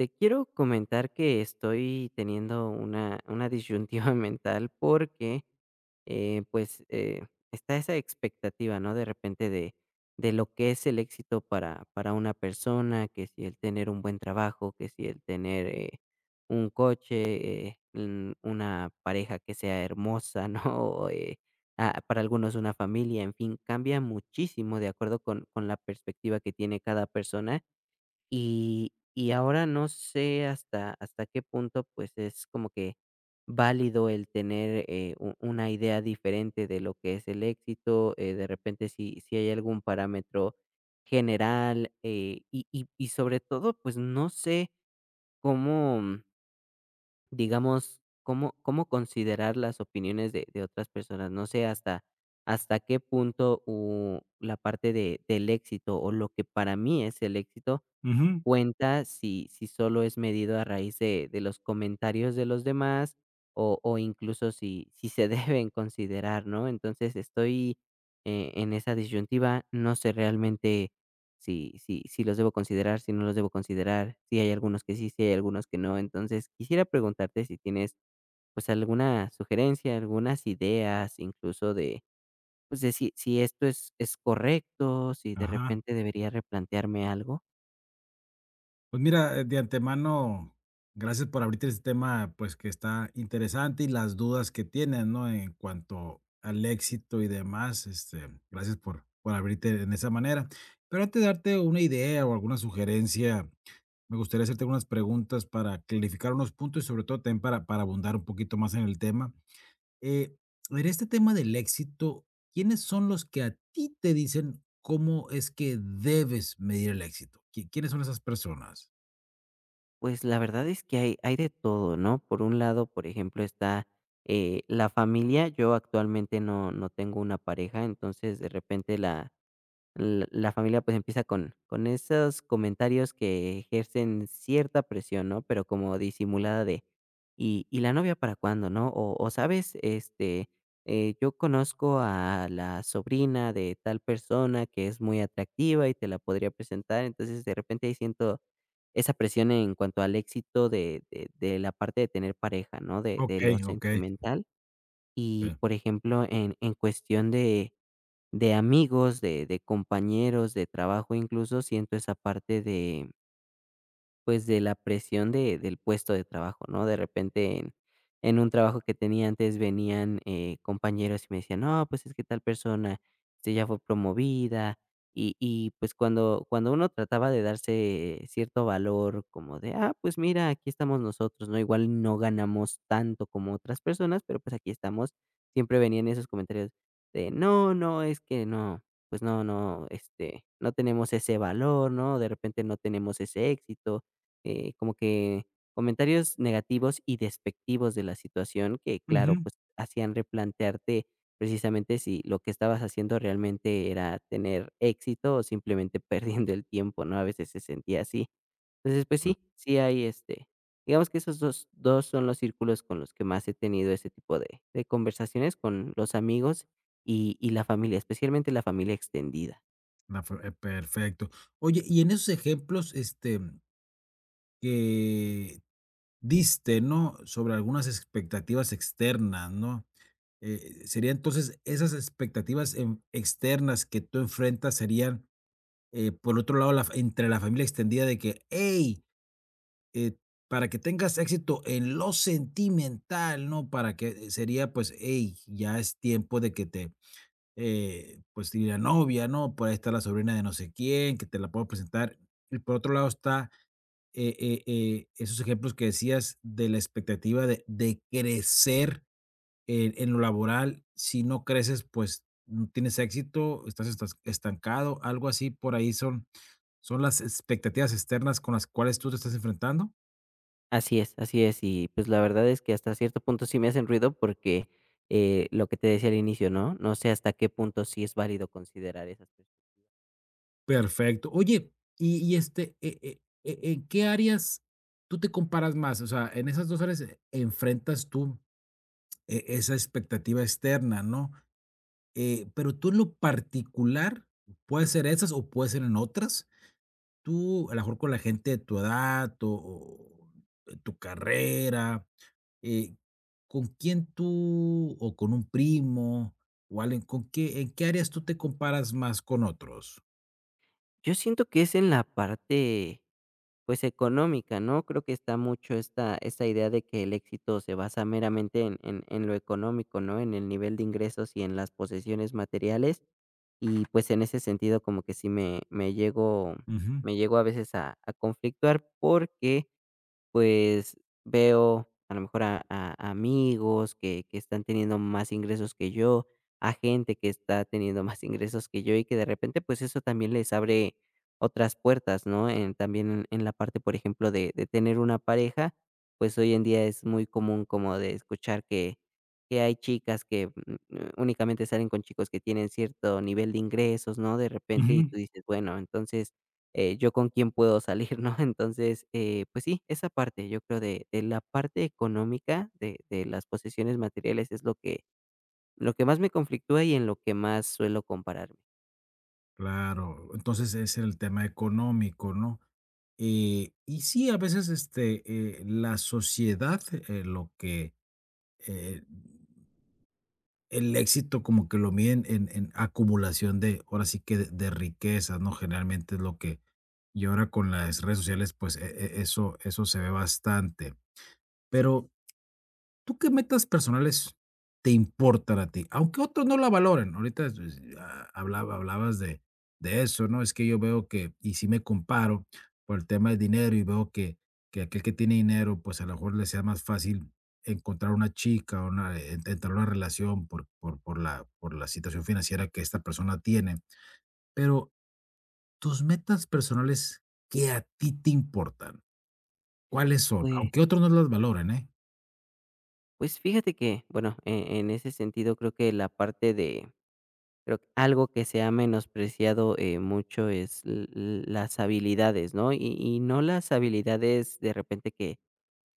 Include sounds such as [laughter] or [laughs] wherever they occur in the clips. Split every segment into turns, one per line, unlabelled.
Te quiero comentar que estoy teniendo una disyuntiva [laughs] mental porque, eh, pues, eh, está esa expectativa, ¿no? De repente de lo que es el éxito para una persona, que si el tener un buen trabajo, que si el tener un coche, una pareja que sea hermosa, [laughs] ¿no? Para algunos una familia, en fin, cambia muchísimo de acuerdo con la perspectiva que tiene cada persona y ahora no sé hasta qué punto, pues, es como que válido el tener, u una idea diferente de lo que es el éxito, de repente, si hay algún parámetro general, y sobre todo, pues, no sé cómo, mm, digamos, cómo considerar las opiniones de otras personas. No sé hasta qué punto, u la parte de del éxito, o lo que para mí es el éxito,
Ujú,
cuenta si solo es medido a raíz de los comentarios de los demás o incluso si se [laughs] deben considerar, ¿no? Entonces, estoy, en esa disyuntiva, no sé realmente si los debo considerar, si no los debo considerar, si hay algunos que sí, si hay algunos que no. Entonces, quisiera preguntarte si tienes, pues, alguna sugerencia, algunas ideas, incluso de, pues, de si esto es correcto, si de
ajá.
repente debería replantearme algo.
Pues mira, de antemano, gracias por abrirte este tema, pues que está interesante y las dudas que tienes, ¿no? En cuanto al éxito y demás, gracias por abrirte en esa manera. Pero antes de darte una idea o alguna sugerencia, me gustaría hacerte algunas preguntas para clarificar unos puntos y sobre todo también para abundar un poquito más en el tema. Eh, en este tema del éxito, ¿quiénes son los que a ti te dicen cómo es que debes medir el éxito? ¿Quiénes son esas personas?
Pues la verdad es que hay de todo, ¿no? Por un lado, por ejemplo, está la familia. Yo actualmente no tengo una pareja, entonces de repente la familia pues empieza con esos comentarios que ejercen cierta presión, ¿no? Pero como disimulada de, y la novia para cuándo, no? Sabes, yo conozco a la sobrina de tal persona que es muy atractiva y te la podría presentar. Entonces de repente ahí siento esa presión en cuanto al éxito de la parte de tener pareja, ¿no? De lo
Okey, okey,
sentimental. Y,
okey.
por ejemplo, en cuestión de amigos, de compañeros de trabajo, incluso siento esa parte de pues, de la presión de del puesto de trabajo, ¿no? De repente, en un trabajo que tenía antes, venían, compañeros y me decían: "No, pues, es que tal persona, este, ya fue promovida", y, pues, cuando uno trataba de darse cierto valor como de: "Ah, pues, mira, aquí estamos nosotros", ¿no? Igual no ganamos tanto como otras personas, pero, pues, aquí estamos. Siempre venían esos comentarios de: "No, no, es que no, pues, no, no, este, no tenemos ese valor", ¿no? De repente, no tenemos ese éxito. Como que comentarios negativos y despectivos de la situación que, claro,
Ujú.
pues hacían replantearte precisamente si lo que estabas haciendo realmente era tener éxito o simplemente [laughs] perdiendo el tiempo, ¿no? A veces se sentía así. Entonces, pues
Ah,
sí, sí hay este, digamos que esos dos son los círculos con los que más he tenido ese tipo de conversaciones con los amigos y la familia, especialmente la familia extendida.
na fe, perfecto. Oye, y en esos ejemplos, que diste, ¿no?, sobre algunas expectativas externas, ¿no? Sería entonces esas expectativas en externas que tú enfrentas serían, por otro lado, la fa entre la familia extendida de que: "Hey, Eh, para que tengas éxito en lo sentimental, ¿no? Para que sería, pues, hey, ya es tiempo de que pues, tiene la novia, ¿no? Por ahí está la sobrina de no sé quién, que te la puedo presentar. Y por otro lado está esos ejemplos que decías de la expectativa de crecer en lo laboral. Si no creces, pues no tienes éxito, estás estancado, algo así por ahí son las expectativas externas con las cuales tú te estás enfrentando.
Así es, así es. Y, pues, la verdad es que hasta cierto punto sí me hacen ruido porque, lo que te decía al inicio, ¿no? No sé hasta qué punto sí es válido considerar esas perspectivas.
Perfecto. Oye, ¿en qué áreas tú te comparas más? O sea, en esas 2 áreas, enfrentas tú esa expectativa externa, ¿no? Pero tú en lo particular, puede ser esas o puede ser en otras, tú, a lo mejor con la gente de tu edad o de tu carrera, eh, ¿con quién tú o con un primo o alguien con qué en qué áreas tú te comparas más con otros?
Yo siento que es en la parte, pues, económica, ¿no? Creo que está mucho esta idea de que el éxito se basa meramente en lo económico, ¿no? En el nivel de ingresos y en las posesiones materiales. Y, pues, en ese sentido, como que sí
Ujú,
me llego a veces a conflictuar porque, pues, veo a lo mejor a amigos que están teniendo más ingresos que yo, a gente que está teniendo más ingresos que yo, y que de repente, pues, eso también les abre otras puertas, ¿no? En también en la parte, por ejemplo, de tener una pareja, pues, hoy en día es muy común como de escuchar que hay chicas que, únicamente salen con chicos que tienen cierto nivel de ingresos, ¿no? De repente, y
ujú.
tú dices, bueno, entonces yo con quién puedo salir, ¿no? [laughs] Entonces, pues sí, esa parte, yo creo de la parte económica de las posesiones materiales es lo que más me conflictúa y en lo que más suelo compararme.
Claro, entonces es el tema económico, ¿no? Y sí, a veces la sociedad, lo que eh, el éxito como que lo miden en acumulación de, ahora sí que de riquezas, ¿no? Generalmente es lo que, y ahora con las redes sociales, pues eso se ve bastante.
Así es.
Pero ¿tú qué metas personales te importan a ti? Aunque otros no la valoren. Ahorita, pues, ah, hablabas de eso, ¿no? Es que yo veo que y si me comparo por el tema del dinero y veo que aquel que tiene dinero, pues, a lo mejor le sea más fácil encontrar una chica o una en entrar a una relación por la situación financiera que esta persona tiene. Pero, tus metas personales que a ti te importan, ¿cuáles son?
Pues,
Aunque otros no las valoren, ¿eh?
pues fíjate que, bueno, en ese sentido creo que la parte de, creo que algo que se ha menospreciado mucho es las habilidades, ¿no? Y no las habilidades de repente que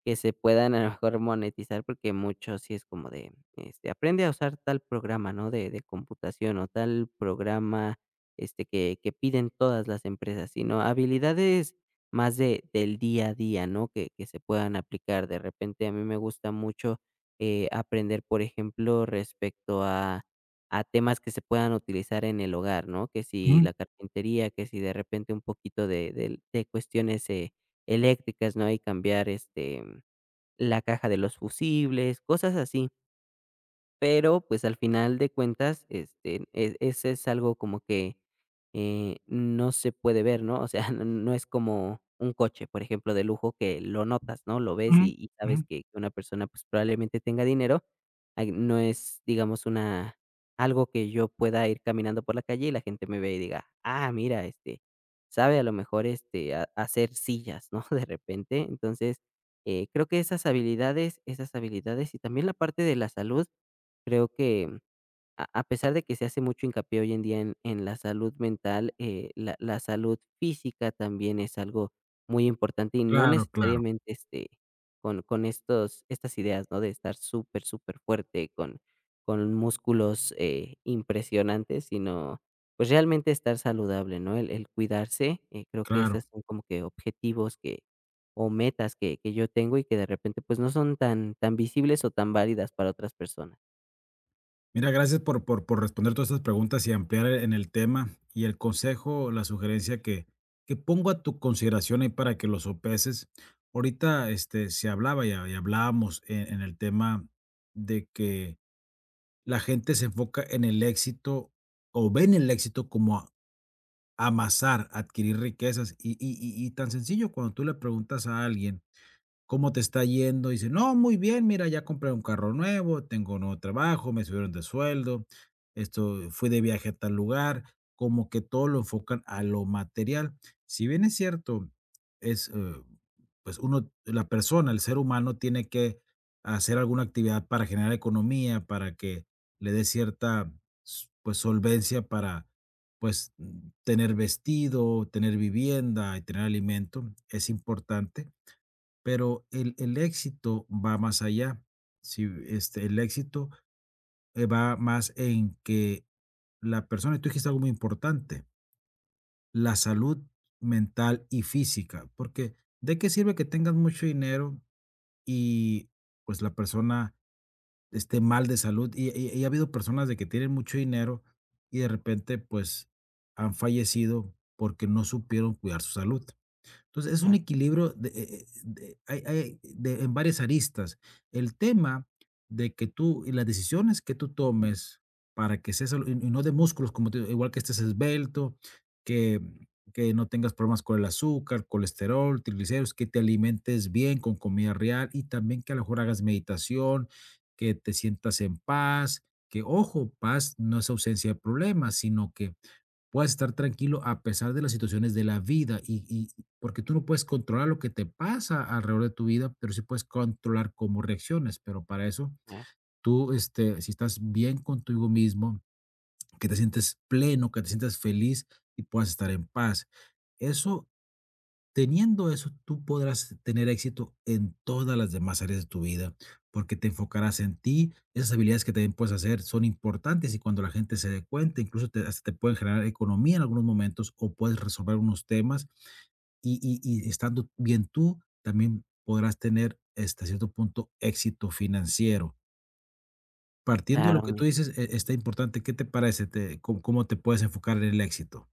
Que se puedan a lo mejor monetizar, porque mucho sí es como de, este, aprende a usar tal programa, ¿no? De computación o tal programa, este, que piden todas las empresas, sino habilidades más de del día a día, ¿no? Que se puedan aplicar. De repente, a mí me gusta mucho, aprender, por ejemplo, respecto a temas que se puedan utilizar en el hogar, ¿no? Que si
Ujú,
la carpintería, que si de repente un poquito de cuestiones, eléctricas, ¿no? Y cambiar, este, la caja de los fusibles, cosas así. Pero, pues, al final de cuentas, este, ese es algo como que, no se puede ver, ¿no? O sea, [laughs] no es como un coche, por ejemplo, de lujo que lo notas, ¿no? Lo ves y
ujú, ujú.
sabes que una persona, pues, probablemente tenga dinero. Ay, no es, digamos, una algo que yo pueda ir caminando por la calle y la gente me ve y diga: "Ah, mira, este, sabe a lo mejor, este, ha hacer sillas", ¿no? [laughs] De repente. Entonces, creo que esas habilidades y también la parte de la salud. Creo que a pesar de que se hace mucho hincapié hoy en día en la salud mental, la salud física también es algo muy importante y no
Claro, claro.
necesariamente, este, con estos estas ideas, ¿no? De estar súper, súper fuerte con músculos, impresionantes, sino, pues, realmente estar saludable, ¿no? El cuidarse, creo que
Claro.
esas son como que objetivos que o metas que yo tengo y que de repente, pues, no son tan tan visibles o tan válidas para otras personas.
Mira, gracias por responder todas estas preguntas y ampliar en el tema, y el consejo, la sugerencia que pongo a tu consideración ahí para que lo sopeses. Ahorita, se hablaba y hablábamos en el tema de que la gente se enfoca en el éxito, o ven el éxito como amasar, adquirir riquezas, tan sencillo, cuando tú le preguntas a alguien ¿cómo te está yendo? Y dice, no, muy bien, mira, ya compré un carro nuevo, tengo nuevo trabajo, me subieron de sueldo, esto, fui de viaje a tal lugar, como que todo lo enfocan a lo material. Si bien es cierto, es, eh, pues uno, la persona, el ser humano tiene que hacer alguna actividad para generar economía, para que le dé cierta, pues, solvencia para, pues, mm, tener vestido, tener vivienda y tener alimento, es importante, pero el éxito va más allá, si este, el éxito, va más en que la persona, tú dijiste algo muy importante, la salud mental y física, porque ¿de qué sirve que tengas mucho dinero y, pues, la persona esté mal de salud? Ha habido personas de que tienen mucho dinero y de repente, pues, han fallecido porque no supieron cuidar su salud. Entonces, es un equilibrio en varias aristas. El tema de que tú y las decisiones que tú tomes para que y no de músculos, como te digo, igual que estés esbelto, que, que no tengas problemas con el azúcar, colesterol, triglicéridos, que te alimentes bien con comida real y también que a lo mejor hagas meditación, que te sientas en paz, que ojo, paz no es ausencia de problemas, sino que puedas estar tranquilo a pesar de las situaciones de la vida y porque tú no puedes controlar lo que te pasa alrededor de tu vida, pero sí puedes controlar cómo reacciones. Pero para eso,
Ah,
tú, este, si estás bien contigo mismo, que te sientes pleno, que te sientas feliz y puedas estar en paz. Eso, teniendo eso, tú podrás tener éxito en todas las demás áreas de tu vida, porque te enfocarás en ti. Esas habilidades que también puedes hacer son importantes y cuando la gente se dé cuenta, incluso hasta te pueden generar economía en algunos momentos o puedes resolver unos temas y estando bien tú, también podrás tener hasta cierto punto éxito financiero. Partiendo de
claro,
lo que
mi
tú dices, está importante. ¿Qué te parece? ¿Cómo te puedes enfocar en el éxito?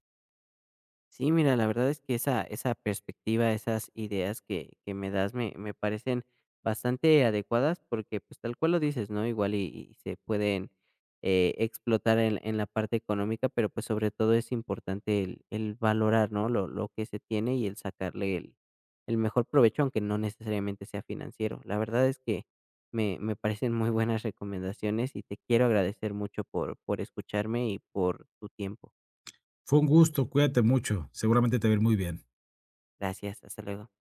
sí, mira, la verdad es que esa perspectiva, esas ideas que me das me parecen bastante adecuadas porque, pues, tal cual lo dices, ¿no? Igual y se pueden, explotar en la parte económica, pero, pues, sobre todo es importante el valorar, ¿no? Lo que se tiene y el sacarle el mejor provecho, aunque no necesariamente sea financiero. La verdad es que me parecen muy buenas recomendaciones y te quiero agradecer mucho por escucharme y por tu tiempo.
Fue un gusto, cuídate mucho, seguramente te va a ir muy bien.
Gracias, hasta luego.